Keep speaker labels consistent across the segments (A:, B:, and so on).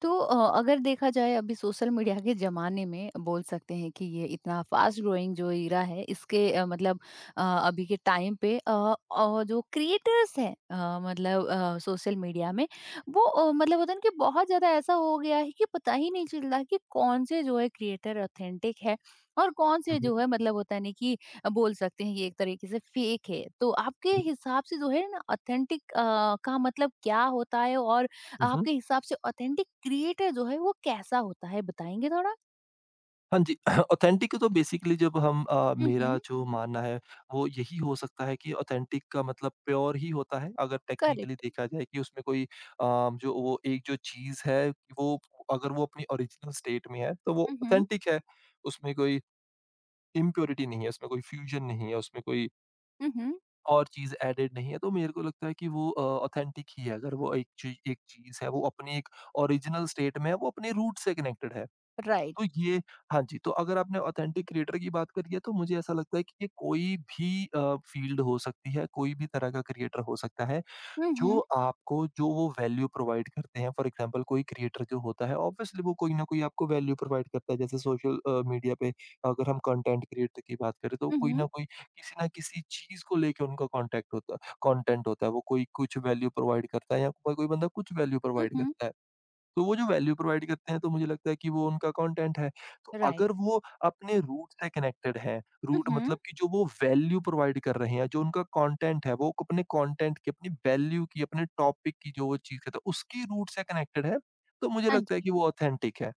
A: तो अगर देखा जाए अभी सोशल मीडिया के ज़माने में बोल सकते हैं कि ये इतना फास्ट ग्रोइंग जो एरा है इसके मतलब अभी के टाइम पे जो क्रिएटर्स हैं मतलब सोशल मीडिया में वो मतलब होता है ना कि बहुत ज़्यादा ऐसा हो गया है कि पता ही नहीं चल रहा कि कौन से जो है क्रिएटर ऑथेंटिक है और कौन से
B: हुँ, हुँ,
A: जो है मतलब होता है नहीं कि बोल सकते हैं ये एक तरीके से फेक है तो आपके हिसाब से जो है ना ऑथेंटिक का मतलब क्या होता है और
B: हुँ, हुँ।
A: आपके हिसाब से ऑथेंटिक क्रिएटर जो है वो कैसा होता है बताएँगे थोड़ा?
B: हाँ जी, ऑथेंटिक तो बेसिकली
A: हुँ,
B: मेरा जो मानना है वो यही हो सकता है कि ऑथेंटिक का मतलब प्योर ही होता है अगर टेक्निकली
A: करेक्ट।
B: देखा जाए कि उसमें कोई जो वो एक जो चीज़ है वो अगर वो अपनी ओरिजिनल स्टेट में है तो वो
A: हुँ, हुँ।
B: ऑथेंटिक है। उसमें कोई इम्प्योरिटी नहीं है, उसमें कोई फ्यूजन नहीं है, उसमें कोई और चीज़ एडेड नहीं है, तो मेरे को लगता है कि वो ऑथेंटिक ही है अगर वो एक चीज़ है वो अपनी एक ओरिजिनल स्टेट में है, वो अपने रूट से कनेक्टेड है। तो
A: राइट।
B: ये हाँ जी, तो अगर आपने ऑथेंटिक क्रिएटर की बात करी है तो मुझे ऐसा लगता है कि ये कोई भी अ, फ़ील्ड हो सकती है, कोई भी तरह का क्रिएटर हो सकता है,
A: हुँ,
B: जो
A: हुँ,
B: आपको जो वो वैल्यू प्रोवाइड करते हैं। फॉर एग्ज़ाम्पल कोई क्रिएटर जो होता है ऑब्वियसली वो कोई न कोई आपको वैल्यू प्रोवाइड करता है। जैसे सोशल मीडिया पे अगर हम कंटेंट क्रिएटर की बात करें तो
A: हुँ,
B: कोई
A: हुँ।
B: न कोई किसी न किसी चीज़ को लेके उनका कॉन्टेक्ट होता कंटेंट होता है। वो कोई कुछ वैल्यू प्रोवाइड करता है या कोई कोई बंदा कुछ वैल्यू प्रोवाइड करता है। तो वो जो वैल्यू प्रोवाइड करते हैं तो मुझे लगता है कि वो उनका कंटेंट है। तो
A: राइट।
B: अगर वो अपने रूट से कनेक्टेड हैं, रूट
A: हुँ।
B: मतलब कि जो वो वैल्यू प्रोवाइड कर रहे हैं, जो उनका कंटेंट है, वो अपने कंटेंट की, अपनी वैल्यू की, अपने टॉपिक की जो वो चीज़ कहता है, उसकी रूट से कनेक्टेड है, तो मुझे
A: हाँ
B: लगता है
A: जी।
B: कि वो ऑथेंटिक है।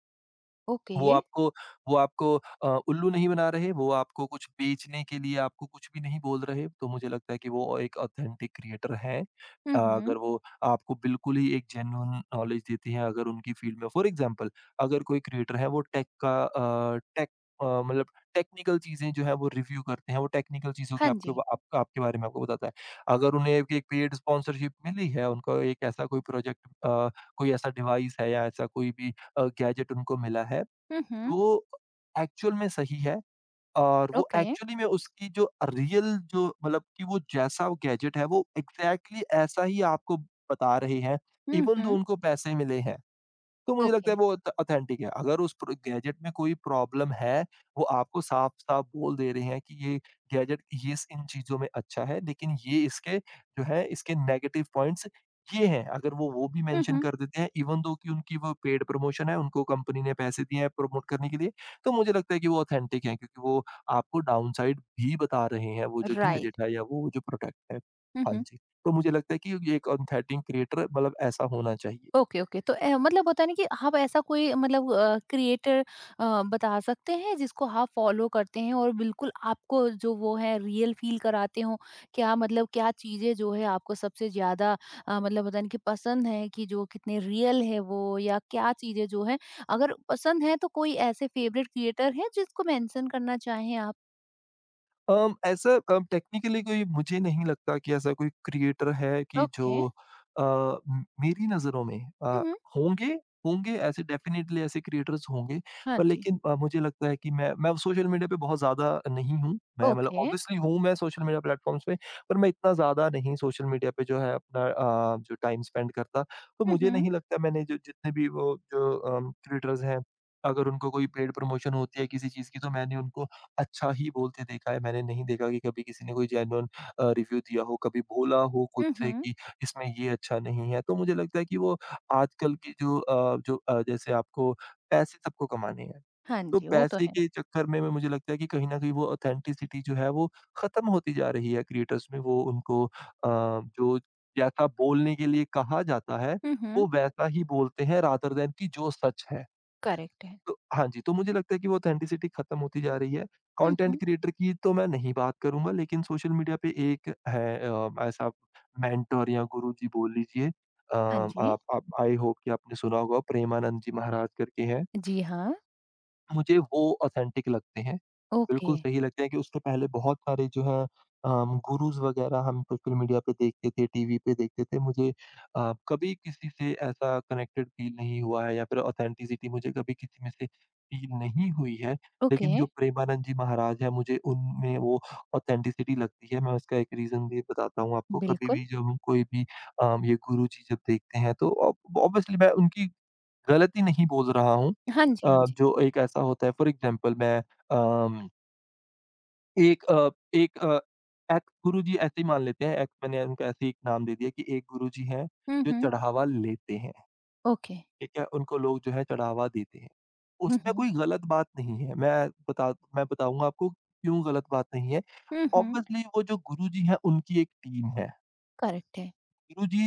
B: वो
A: ओके।
B: आपको वो आपको उल्लू नहीं बना रहे, वो आपको कुछ बेचने के लिए आपको कुछ भी नहीं बोल रहे, तो मुझे लगता है कि वो एक ऑथेंटिक क्रिएटर हैं।
A: हुँ, हुँ।
B: अगर वो आपको बिल्कुल ही एक जेन्युइन नॉलेज देते हैं, अगर उनकी फील्ड में फॉर एग्ज़ाम्पल अगर कोई क्रिएटर है वो टेक का टेक मतलब टेक्निकल चीज़ें जो है वो रिव्यू करते हैं, वो टेक्निकल चीज़ों के
A: हाँ
B: आपके
A: जी।
B: आप आपके बारे में आपको बताता है। अगर उन्हें एक एक पेड स्पॉन्सरशिप मिली है, उनका एक ऐसा कोई प्रोजेक्ट कोई ऐसा डिवाइस है या ऐसा कोई भी गैजेट उनको मिला है
A: हुँ, हुँ।
B: जो एक्चुअल में सही है और वो
A: ओके।
B: एक्चुअली में उसकी जो रियल जो मतलब कि वो जैसा वो गैजेट है वो एग्जैक्टली exactly ऐसा ही आपको बता रहे हैं,
A: हुँ,
B: इवन दो
A: हुँ।
B: उनको पैसे मिले हैं। तो मुझे लगता
A: ओके।
B: है वो ऑथ ऑथेंटिक है। अगर उस प्र गैजेट में कोई प्रॉब्लम है, वो आपको साफ-साफ बोल दे रहे हैं कि ये गैजेट ये स इन चीज़ों में अच्छा है, लेकिन ये इसके जो है इसके नेगेटिव पॉइंट्स ये हैं। अगर वो भी
A: हुँ,
B: मेंशन
A: हुँ।
B: कर देते हैं इवन दो कि उनकी वो पेड प्रमोशन है, उनको कंपनी ने पैसे दिए हैं प्रमोट करने के लिए, तो मुझे लगता है कि वो ऑथेंटिक हैं क्योंकि वो आपको डाउनसाइड भी बता रहे हैं, वो जो
A: राइट।
B: गैजेट है या वो जो प्रोडक्ट है।
A: हुँ,
B: हाँ
A: हुँ।
B: जी, तो मुझे लगता है कि ये एक ऑथेंटिक क्रिएटर मतलब ऐसा होना चाहिए।
A: Okay, okay. तो ए मतलब होता है ना कि आप ऐसा कोई मतलब क्रिएटर बता सकते हैं जिसको आप फ़ॉलो करते हैं और बिल्कुल आपको जो वो है रियल फ़ील कराते हों? क्या मतलब क्या चीज़ें जो है आपको सबसे ज़्यादा मतलब होता है ना कि पसंद है कि जो कितने रियल है वो या क्या चीज़ें जो हैं अगर पसंद है तो कोई ऐसे फ़ेवरेट क्रिएटर हैं जिसको मेंशन करना चाहें आप?
B: ऐसा टेक्निकली कोई मुझे नहीं लगता कि ऐसा कोई क्रिएटर है कि जो
A: ओके।
B: मेरी नज़रों में
A: हुँ,
B: अ,
A: हुँ।
B: होंगे होंगे ऐसे डेफिनेटली ऐसे क्रिएटर्स होंगे
A: हाँ
B: पर
A: जी।
B: लेकिन मुझे लगता है कि मैं सोशल मीडिया पे बहुत ज़्यादा नहीं हूँ मैं मतलब
A: ओके।
B: ऑब्वियसली हूँ मैं सोशल मीडिया प्लेटफॉर्म्स पे पर मैं इतना ज़्यादा नहीं सोशल मीडिया पे जो है अपना जो टाइम स्पेंड करता तो
A: हुँ,
B: मुझे
A: हुँ।
B: नहीं लगता मैंने जो जितने भी वो जो क्रिएटर्स हैं अगर उनको कोई पेड प्रमोशन होती है किसी चीज़ की तो मैंने उनको अच्छा ही बोलते देखा है। मैंने नहीं देखा कि कभी किसी ने कोई जेन्युइन रिव्यू दिया हो, कभी बोला हो खुद
A: हुँ,
B: से
A: हुँ।
B: कि इसमें ये अच्छा नहीं है। तो मुझे लगता है कि वो आजकल की जो जैसे आपको पैसे सबको कमाने हैं।
A: हाँ
B: तो
A: जी, वो तो
B: पैसे
A: है।
B: के चक्कर में मुझे लगता है कि कहीं न कहीं वो ऑथेंटिसिटी जो है वो ख़त्म होती जा रही है क्रिएटर्स में। वो उनको जो जैसा बोलने के लिए कहा जाता है,
A: हुँ, हुँ।
B: वो वैसा ही बोलते हैं रादर दैन कि जो सच है।
A: करेक्ट है।
B: तो हाँ जी, तो मुझे लगता है कि वो ऑथेंटिसिटी खत्म होती जा रही है।
A: हुँ,
B: कंटेंट
A: हुँ।
B: क्रिएटर की तो मैं नहीं बात करूँगा, लेकिन सोशल मीडिया पे एक है ऐसा मेंटर या गुरुजी बोल लीजिए।
A: हाँ जी।
B: आप आई होप कि आपने सुना होगा प्रेमानंद जी महाराज करके हैं।
A: जी हाँ,
B: मुझे वो ऑथेंटिक लगते हैं।
A: ओके,
B: बिल्कुल सही लगता है कि उसके पहले बहुत सारे जो है गुरुज़ वगैरह हम सोशल मीडिया पे देखते थे, टीवी पे देखते थे। मुझे कभी किसी से ऐसा कनेक्टेड फ़ील नहीं हुआ है या फिर ऑथेंटिसिटी मुझे कभी किसी में से फ़ील नहीं हुई है।
A: ओके,
B: लेकिन जो प्रेमानंद जी महाराज हैं, मुझे उनमें वो ऑथेंटिसिटी लगती है। मैं उसका एक रीज़न भी बताता हूँ आपको। कभी
A: बिल्कुल।
B: भी जब हम कोई भी ये गुरु जी जब देखते हैं तो ऑब ऑब्वियसली मैं उनकी गलती नहीं बोल रहा हूँ।
A: हाँ जी, हाँ जी।
B: जो एक ऐसा होता है फॉर एग्ज़ाम्पल मैं अम एक अ, एक अ, एक गुरुजी ऐसे ही मान लेते हैं, एक मैंने उनको ऐसे ही एक नाम दे दिया कि एक गुरुजी हैं,
A: हुँ,
B: जो
A: हुँ,
B: चढ़ावा लेते हैं,
A: ओके।
B: ठीक है? उनको लोग जो है चढ़ावा देते हैं।
A: हुँ,
B: उसमें
A: हुँ,
B: कोई गलत बात नहीं है, मैं बताऊँगा आपको क्यों गलत बात नहीं है।
A: हुँ, हुँ,
B: ऑब्वियसली वो जो गुरुजी हैं उनकी एक टीम है।
A: करेक्ट है।
B: गुरुजी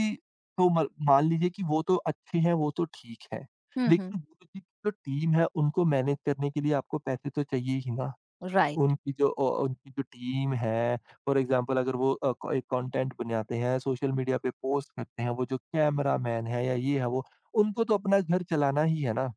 B: तो म मान लीजिए कि वो तो अच्छे हैं, वो तो ठीक है।
A: हुँ, हुँ,
B: लेकिन गुरुजी की जो टीम है उनको मैनेज करने के लिए आपको पैसे तो चाहिए ही ना।
A: राइट,
B: उनकी जो टीम है, फॉर एग्ज़ाम्पल अगर वो को एक कंटेंट बनाते हैं, सोशल मीडिया पे पोस्ट करते हैं, वो जो कैमरामैन है या ये है वो, उनको तो अपना घर चलाना ही है ना।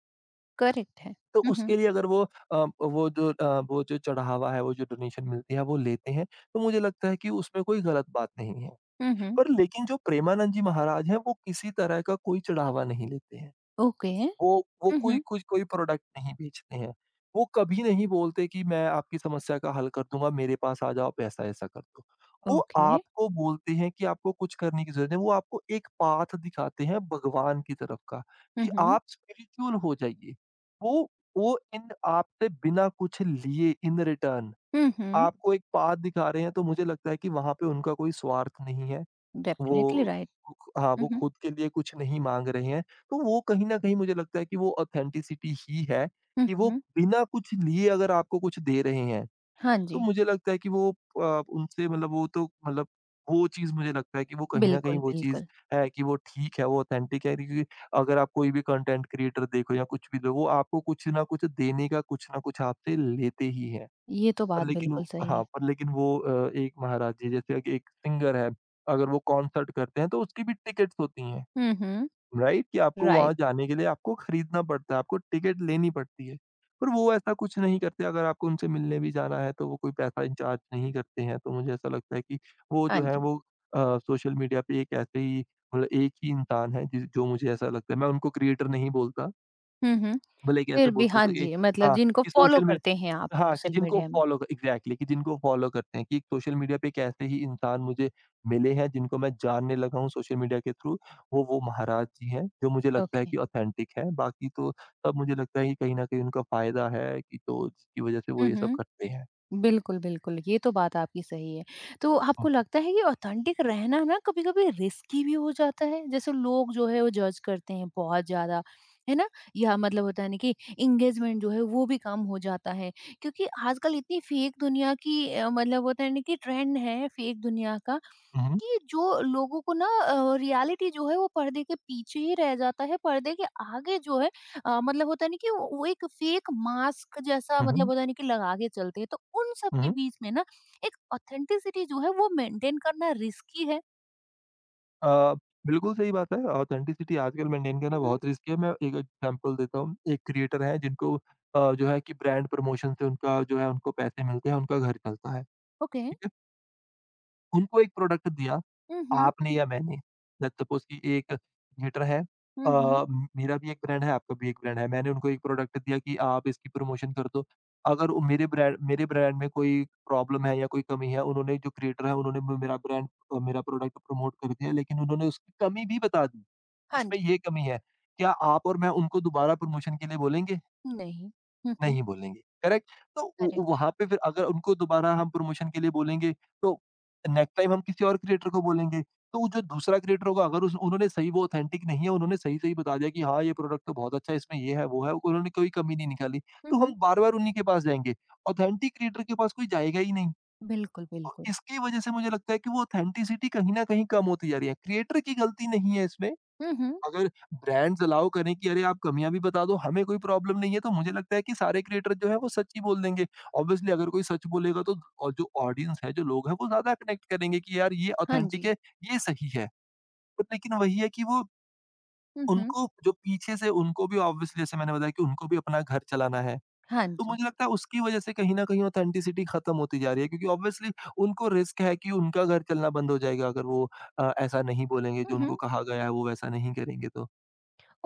A: करेक्ट है।
B: तो
A: हुँ, हुँ,
B: उसके लिए अगर वो वो जो चढ़ावा है, वो जो डोनेशन मिलती है, वो लेते हैं, तो मुझे लगता है कि उसमें कोई गलत बात नहीं है।
A: हुँ, हुँ,
B: पर लेकिन जो प्रेमानंद जी महाराज हैं, वो किसी तरह का कोई चढ़ावा नहीं लेते हैं।
A: ओके,
B: वो वो
A: हुँ, हुँ,
B: कोई प्रोडक्ट नहीं बेचते हैं। वो कभी नहीं बोलते कि मैं आपकी समस्या का हल कर दूँगा, मेरे पास आ जाओ, आप ऐसा-ऐसा कर दो। वो
A: ओके,
B: आपको बोलते हैं कि आपको कुछ करने की ज़रूरत नहीं, वो आपको एक पाथ दिखाते हैं भगवान की तरफ का
A: हुँ,
B: कि
A: हुँ,
B: आप स्पिरिचुअल हो जाइए। वो वो इन आपसे बिना कुछ लिए इन रिटर्न
A: हुँ, हुँ,
B: आपको एक पाथ दिखा रहे हैं, तो मुझे लगता है कि वहाँ पे उनका कोई स्वार्थ नहीं है।
A: डेफिनिटली
B: वो
A: राइट।
B: हाँ,
A: हुँ,
B: वो
A: हुँ,
B: खुद के लिए कुछ नहीं माँग रहे हैं। तो वो कहीं न कहीं मुझे लगता है कि वो ऑथेंटिसिटी ही है,
A: हुँ,
B: कि वो
A: हुँ,
B: बिना कुछ लिए अगर आपको कुछ दे रहे हैं,
A: हाँ
B: तो
A: जी,
B: मुझे लगता है कि वो उनसे मतलब वो तो मतलब वो चीज़ मुझे लगता है कि वो कहीं न कहीं
A: बिल्कुल,
B: वो चीज़
A: बिल्कुल।
B: है कि वो ठीक है, वो ऑथेंटिक है क्योंकि अगर आप कोई भी कंटेंट क्रिएटर देखो या कुछ भी देखो, वो आपको कुछ ना कुछ देने का कुछ ना कुछ आपसे लेते ही हैं।
A: ये तो
B: पर
A: बात
B: लेकिन
A: बिल्कुल
B: वो
A: सही
B: हाँ,
A: है।
B: पर लेकिन वो एक महाराज जी जैसे कि एक सिंगर है, अगर वो कॉन्सर्ट करते हैं तो उसकी भी टिकट्स होती हैं,
A: हुँ, हुँ,
B: राइट? कि आपको वहाँ
A: राइट,
B: जाने के लिए आपको खरीदना पड़ता है, आपको टिकट लेनी पड़ती है। पर वो ऐसा कुछ नहीं करते, अगर आपको उनसे मिलने भी जाना है तो वो कोई पैसा इंचार्ज नहीं करते हैं, तो मुझे ऐसा लगता है कि वो
A: हाँ
B: जो है
A: जी।
B: वो सोशल मीडिया पे एक ऐसे ही मतलब एक ही इंसान है जिस जो मुझे ऐसा लगता है, मैं उनको क्रिएटर नहीं बोलता,
A: हुँ, हुँ,
B: भले ही कैसे
A: फिर
B: बोल
A: भी हाँ
B: सकता कि
A: जी, मतलब
B: हाँ,
A: जिनको
B: कि
A: फ़ॉलो
B: सोशल
A: करते हैं आप
B: हाँ, कि
A: सोशल
B: जिनको
A: मीडिया में।
B: फॉलो क एग्ज़ैक्टली कि जिनको फॉलो करते हैं, कि एक सोशल मीडिया पे एक ऐसे ही इंसान मुझे मिले हैं, जिनको मैं जानने लगा हूँ सोशल मीडिया के थ्रू। वो महाराज जी हैं, जो मुझे लगता है
A: ओके,
B: कि ऑथेंटिक हैं। बाकी तो सब मुझे लगता है कि कहीं न कहीं उनका फ़ायदा है कि तो जिसकी वज़ह से वो
A: हुँ,
B: ये सब
A: हुँ।
B: करते हैं।
A: बिल्कुल, बिल्कुल, ये तो बात आपकी सही है। तो आपको
B: हुँ,
A: लगता है कि ऑथेंटिक रहना ना कभी-कभी रिस्की भी हो जाता है? जैसे लोग जो है वो जज करते हैं बहुत ज़्यादा, है ना? या मतलब होता है ना कि एंगेजमेंट जो है वो भी कम हो जाता है क्योंकि आजकल इतनी फेक दुनिया की मतलब होता है ना कि ट्रेंड है फेक दुनिया का
B: हुँ,
A: कि जो लोगों को ना रियलिटी जो है वो पर्दे के पीछे ही रह जाता है पर्दे के आगे जो है मतलब होता नहीं कि वो एक फेक मास्क जैसा
B: हुँ,
A: मतलब
B: हुँ,
A: होता नहीं कि लगा के चलते हैं तो उन सब
B: हुँ,
A: के
B: हुँ।
A: बीच में ना एक ऑथेंटिसिटी जो है वो मेंटेन करना रिस्की है।
B: अ, बिल्कुल सही बात है, ऑथेंटिसिटी आजकल मेंटेन करना
A: मम्म।
B: बहुत रिस्की है। मैं एक एग्ज़ाम्पल देता हूँ, एक क्रिएटर हैं जिनको जो है कि ब्रांड प्रमोशन से उनका जो है उनको पैसे मिलते हैं, उनका घर चलता है,
A: ओके।
B: ठीक है? उनको एक प्रोडक्ट दिया,
A: हम्म।
B: आपने या मैंने, लेट्स सपोज़ कि एक हीटर है। अ,
A: हम्म।
B: म मेरा भी एक ब्रांड है, आपका भी एक ब्रांड है। मैंने उनको एक प्रोडक्ट दिया कि आप इसकी प्रमोशन कर दो। अगर वो मेरे ब्रांड में कोई प्रॉब्लम है या कोई कमी है, उन्होंने जो क्रिएटर है उन्होंने म मेरा ब्रांड अ, मेरा प्रोडक्ट प्रमोट कर दिया, लेकिन उन्होंने उसकी कमी भी बता दी,
A: हाँ
B: इसमें
A: जी।
B: ये कमी है। क्या आप और मैं उनको दोबारा प्रमोशन के लिए बोलेंगे?
A: नहीं। हम्म।
B: नहीं बोलेंगे, करेक्ट? तो उ उ
A: करेक्ट।
B: वहाँ पे फिर अगर उनको दोबारा हम प्रमोशन के लिए बोलेंगे, तो नेक्स्ट टाइम हम किसी और क्रिएटर को बोलेंगे, तो वो जो दूसरा क्रिएटर होगा अगर उस उन्होंने सही वो ऑथेंटिक नहीं है, उन्होंने सही-सही बता दिया कि हाँ, ये प्रोडक्ट तो बहुत अच्छा है, इसमें ये है, वो है, उन्होंने कोई कमी नहीं निकाली, तो
A: हम्म।
B: हम बार-बार उन्हीं के पास जाएँगे। ऑथेंटिक क्रिएटर के पास कोई जाएगा ही नहीं।
A: बिल्कुल,
B: और
A: बिल्कुल।
B: इसकी वजह से मुझे लगता है कि वो ऑथेंटिसिटी कहीं न कहीं कम होती जा रही है। क्रिएटर की गलती नहीं है इसमें,
A: हम्म।
B: अगर ब्रांड्स अलाउ करें कि अरे आप कमियाँ भी बता दो, हमें कोई प्रॉब्लम नहीं है, तो मुझे लगता है कि सारे क्रिएटर जो है वो सच ही बोल देंगे। ऑब्वियसली अगर कोई सच बोलेगा तो और जो ऑडियंस है, जो लोग हैं वो ज़्यादा कनेक्ट करेंगे कि यार ये
A: हाँ जी।
B: ऑथेंटिक है, ये सही है। बट लेकिन वही है कि वो
A: हम्म।
B: उनको जो पीछे से उनको भी ऑब्वियसली जैसे मैंने बताया कि उनको भी अपना घर चलाना है।
A: हाँ
B: तो
A: जी।
B: मुझे लगता है उसकी वज़ह से कहीं न कहीं ऑथेंटिसिटी खत्म होती जा रही है क्योंकि ऑब्वियसली उनको रिस्क है कि उनका घर चलना बंद हो जाएगा अगर वो ऐसा नहीं बोलेंगे जो उनको कहा गया है वो वैसा नहीं करेंगे तो।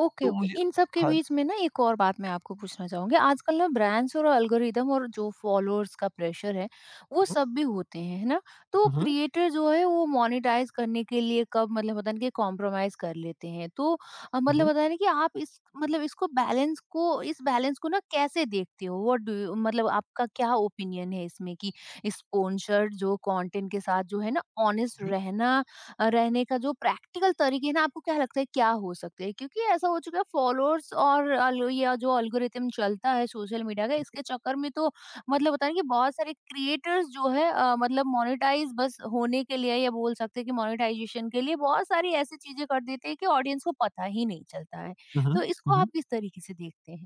A: ओके,
B: तो
A: ओके।
B: मुझे
A: इन सब के
B: हाँ।
A: बीच में ना एक और बात मैं आपको पूछना चाहूँगी। आजकल ना ब्रांड्स और एल्गोरिदम और जो फॉलोअर्स का प्रेशर है, वो
B: हुँ,
A: सब भी होते हैं, है ना? तो
B: हुँ,
A: क्रिएटर जो है वो मोनेटाइज़ करने के लिए कब मतलब पता नहीं कि कॉम्प्रोमाइज़ कर लेते हैं। तो मतलब
B: हुँ,
A: पता नहीं कि आप इस मतलब इसको बैलेंस को इस बैलेंस को ना कैसे देखते हो? व्हाट डू यू मतलब आपका क्या ओपिनियन है इसमें कि स्पॉन्सर्ड जो कंटेंट के साथ जो है ना ऑनेस्ट रहना रहने का जो प्रैक्टिकल तरीके हैं ना, आपको क्या लगता है क्या हो सकते हैं? क्योंकि ऐसा हो चुका है फॉलोअर्स और अल या जो एल्गोरिथम चलता है सोशल मीडिया का इसके चक्कर में तो मतलब बताएँ कि बहुत सारे क्रिएटर्स जो है मतलब मोनेटाइज़ बस होने के लिए या बोल सकते हैं कि मोनेटाइज़ेशन के लिए बहुत सारी ऐसी चीज़ें कर देते हैं कि ऑडियंस को पता ही नहीं चलता है।
B: हुँ,
A: तो
B: हुँ,
A: इसको आप
B: हुँ।
A: किस तरीके से देखते हैं?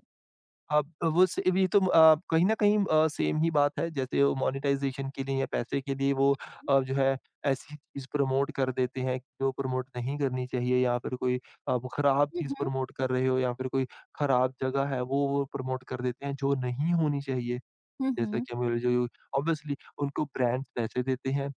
B: अब वो स ये तो कहीं न कहीं सेम ही बात है जैसे वो मोनेटाइज़ेशन के लिए या पैसे के लिए वो जो है ऐसी चीज़ प्रमोट कर देते हैं जो प्रमोट नहीं करनी चाहिए या फिर कोई अब खराब
A: हुँ,
B: चीज़
A: हुँ।
B: प्रमोट कर रहे हो या फिर कोई खराब जगह है वो प्रमोट कर देते हैं जो नहीं होनी चाहिए।
A: हुँ,
B: जैसा
A: हुँ।
B: कि हमें जो ऑब्वियसली उनको ब्रांड्स पैसे देते हैं।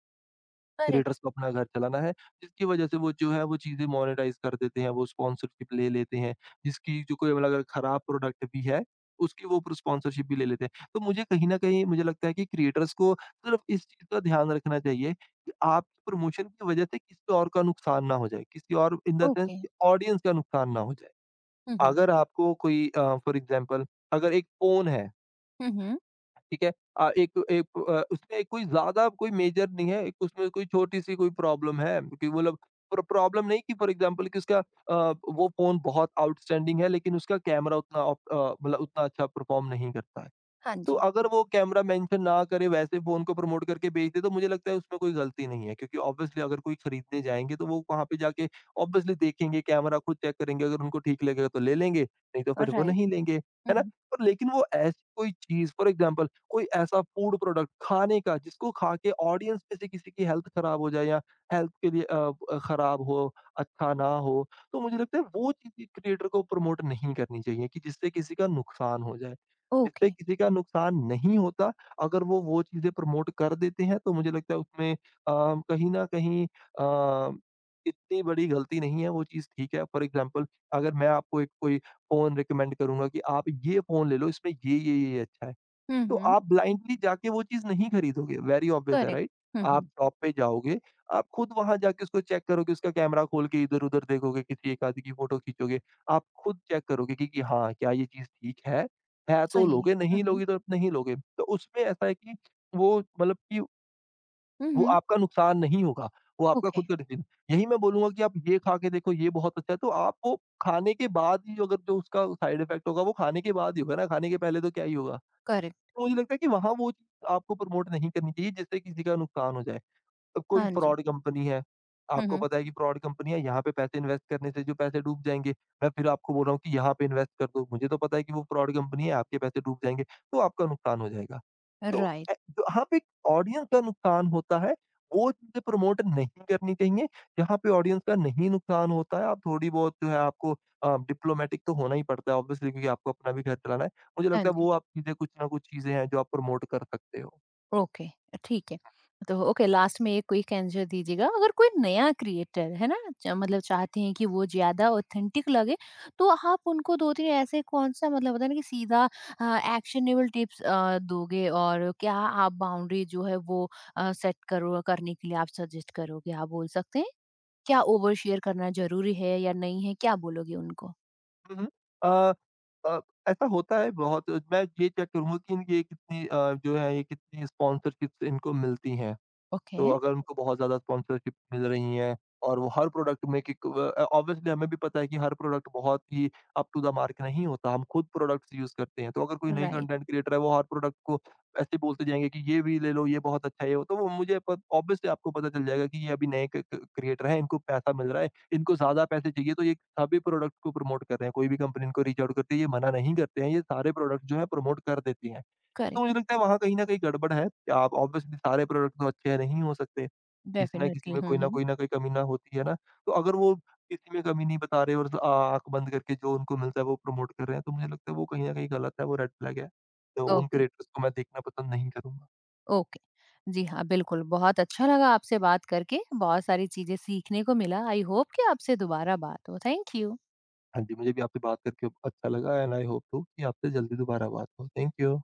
A: करेक्ट।
B: क्रिएटर्स को अपना घर चलाना है, जिसकी वजह से वो जो है वो चीज़ें मोनेटाइज़ कर देते हैं, वो स्पॉन्सरशिप ले लेते हैं, जिसकी जो कोई मतलब अगर खराब प्रोडक्ट भी है, उसकी वो स्पॉन्सरशिप भी ले लेते हैं। तो मुझे कहीं न कहीं मुझे लगता है कि क्रिएटर्स को सिर्फ़ इस चीज़ का ध्यान रखना चाहिए कि आपकी प्रमोशन की वजह से किसी और का नुकसान ना हो जाए, किसी और इन द सेंस
A: ओके।
B: कि ऑडियंस का नुकसान ना हो जाए।
A: हुँ, हुँ।
B: अगर आपको कोई फ़ॉर एग्ज़ाम्पल अगर एक फ़ोन है
A: हुँ, हुँ।
B: ठीक है? एक उसमें कोई ज़्यादा कोई मेजर नहीं है, एक उसमें कोई छोटी-सी कोई प्रॉब्लम है कि मतलब प्रॉब्लम नहीं कि फॉर एग्ज़ाम्पल कि उसका वो फ़ोन बहुत आउटस्टैंडिंग है लेकिन उसका कैमरा उतना मतलब उतना अच्छा परफ़ॉर्म नहीं करता है।
A: हाँ
B: तो
A: जी।
B: अगर वो कैमरा मेंशन ना करे वैसे फ़ोन को प्रमोट करके बेच दे तो मुझे लगता है उसमें कोई गलती नहीं है क्योंकि ऑब्वियसली अगर कोई खरीदने जाएँगे तो वो वहाँ पे जाके ऑब्वियसली देखेंगे, कैमरा खुद चेक करेंगे, अगर उनको ठीक लगेगा तो ले लेंगे, नहीं तो फिर वो
A: राइट।
B: नहीं लेंगे, है
A: हुँ,
B: ना?
A: हुँ।
B: पर लेकिन वो ऐसी कोई चीज़ फॉर एग्ज़ाम्पल कोई ऐसा फूड प्रोडक्ट खाने का जिसको खा के ऑडियंस में से किसी की हेल्थ खराब हो जाए या हेल्थ के लिए खराब हो, अच्छा ना हो, तो मुझे लगता है वो चीज़ें क्रिएटर को प्रमोट नहीं करनी चाहिए कि जिससे किसी का नुकसान हो जाए।
A: ओके।
B: जिससे किसी का नुकसान नहीं होता। अगर वो चीज़ें प्रमोट कर देते हैं तो मुझे लगता है उसमें कहीं न कहीं अ, इतनी बड़ी गलती नहीं है, वो चीज़ ठीक है। फॉर एग्ज़ाम्पल अगर मैं आपको एक कोई फ़ोन रिकमेंड करूँगा कि आप ये फ़ोन ले लो इसमें ये अच्छा है।
A: हुँ,
B: तो
A: हुँ।
B: आप ब्लाइंडली जाके वो चीज़ नहीं खरीदोगे, वेरी ऑब्वियस है
A: करेक्ट।
B: राइट?
A: हुँ, हुँ।
B: आप शॉप पे जाओगे, आप खुद वहाँ जाके उसको चेक करोगे, उसका कैमरा खोल के इधर-उधर देखोगे, किसी एक आदि की फोटो खींचोगे। आप खुद चेक करोगे कि हाँ, क्या ये चीज़ ठीक है? है तो
A: सही है।
B: लोगे, नहीं
A: हुँ, हुँ।
B: लोगे तो नहीं लोगे। तो उसमें ऐसा है कि वो मतलब कि
A: हुँ,
B: वो
A: हुँ।
B: आपका नुकसान नहीं होगा, वो आपका
A: ओके,
B: खुद का डिसीज़न। यही मैं बोलूँगा कि आप ये खा के देखो, ये बहुत अच्छा है, तो आप वो खाने के बाद ही जो, अगर जो उसका साइड इफ़ेक्ट होगा, वो खाने के बाद ही होगा ना, खाने के पहले तो क्या ही होगा।
A: करेक्ट।
B: तो मुझे लगता है कि वहाँ वो चीज़ आपको प्रमोट नहीं करनी चाहिए जिससे किसी का नुकसान हो जाए। अब कोई
A: हाँ जी।
B: फ्रॉड कंपनी है,
A: हुँ,
B: आपको
A: हुँ।
B: पता है कि फ्रॉड कंपनी है, यहाँ पे पैसे इन्वेस्ट करने से जो पैसे डूब जाएँगे, मैं फिर आपको बोल रहा हूँ कि यहाँ पे इन्वेस्ट कर दो। मुझे तो पता है कि वो फ्रॉड कंपनी है, आपके पैसे डूब जाएँगे, तो आपका नुकसान हो जाएगा। तो
A: राइट।
B: अ, जहाँ पे ऑडियंस का नुकसान होता है, वो चीज़ें प्रमोट नहीं करनी चाहिए। जहाँ पे ऑडियंस का नहीं नुकसान होता है, आप थोड़ी बहुत जो है आपको डिप्लोमैटिक तो होना ही पड़ता है ऑब्वियसली क्योंकि आपको अपना भी घर चलाना है। मुझे
A: हाँ
B: लगता है
A: जी।
B: वो आप चीज़ें कुछ ना कुछ चीज़ें हैं जो आप प्रमोट कर सकते हो।
A: ओके, ठीक है। तो ओके लास्ट में एक क्विक आंसर दीजिएगा। अगर कोई नया क्रिएटर, है ना? च मतलब चाहते हैं कि वो ज़्यादा ऑथेंटिक लगे, तो आप उनको 2-3 ऐसे कौन-सा मतलब होता है ना कि सीधा एक्शनेबल टिप्स दोगे और क्या आप बाउंड्री जो है वो सेट करो करने के लिए आप सजेस्ट करोगे? आप बोल सकते हैं? क्या ओवर शेयर करना ज़रूरी है या नहीं है? क्या बोलोगे उनको?
B: हुँ, हुँ। अ अ, ऐसा होता है बहुत मैं ये चेक करूँगा कि इनकी ये कितनी जो है ये कितनी स्पॉन्सरशिप्स इनको मिलती हैं। तो
A: ओके,
B: अगर उनको बहुत ज़्यादा स्पॉन्सरशिप मिल रही हैं और वो हर प्रोडक्ट में ऑब्वियसली हमें भी पता है कि हर प्रोडक्ट बहुत ही अप टू द मार्क नहीं होता। हम खुद प्रोडक्ट्स यूज़ करते हैं। तो अगर कोई नई
A: राइट।
B: कंटेंट क्रिएटर है वो हर प्रोडक्ट को ऐसे बोलते जाएँगे कि ये भी ले लो, ये बहुत अच्छा है ये वो। तो वो मुझे प ऑब्वियसली आपको पता चल जाएगा कि ये अभी नए क क क्रिएटर हैं, इनको पैसा मिल रहा है, इनको ज़्यादा पैसे चाहिए तो ये सभी प्रोडक्ट को प्रमोट कर रहे हैं। कोई भी कंपनी इनको रीच आउट करती है, ये मना नहीं करते हैं। ये सारे प्रोडक्ट जो हैं प्रमोट कर देती हैं। तो
A: करेक्ट
B: मुझे
A: है।
B: लगता है वहाँ कहीं न कहीं गड़बड़ है। आप ऑब्वियसली सारे प्रोडक्ट तो अच्छे नहीं हो सकते। किसी ना किसी
A: डेफ़िनिटली।
B: में
A: हुँ,
B: कोई ना
A: हुँ।
B: कोई ना कोई कमी ना होती है ना। तो अगर वो किसी में कमी नहीं बता रहे और आ आँख बंद करके जो उनको मिलता है वो प्रमोट कर रहे हैं, तो मुझे लगता है वो कहीं न कहीं गलत है, वो रेड फ्लैग है। तो उन
A: ओके,
B: क्रिएटर्स को मैं देखना पसंद नहीं करूँगा।
A: ओके। जी हाँ, बिल्कुल। बहुत अच्छा लगा आपसे बात करके, बहुत सारी चीज़ें सीखने को मिला। आई होप कि आपसे दोबारा बात हो। Thank you.
B: हाँ जी, मुझे भी आपसे बात करके अच्छा लगा एंड आई होप टू कि आपसे जल्दी दोबारा बात हो। Thank you.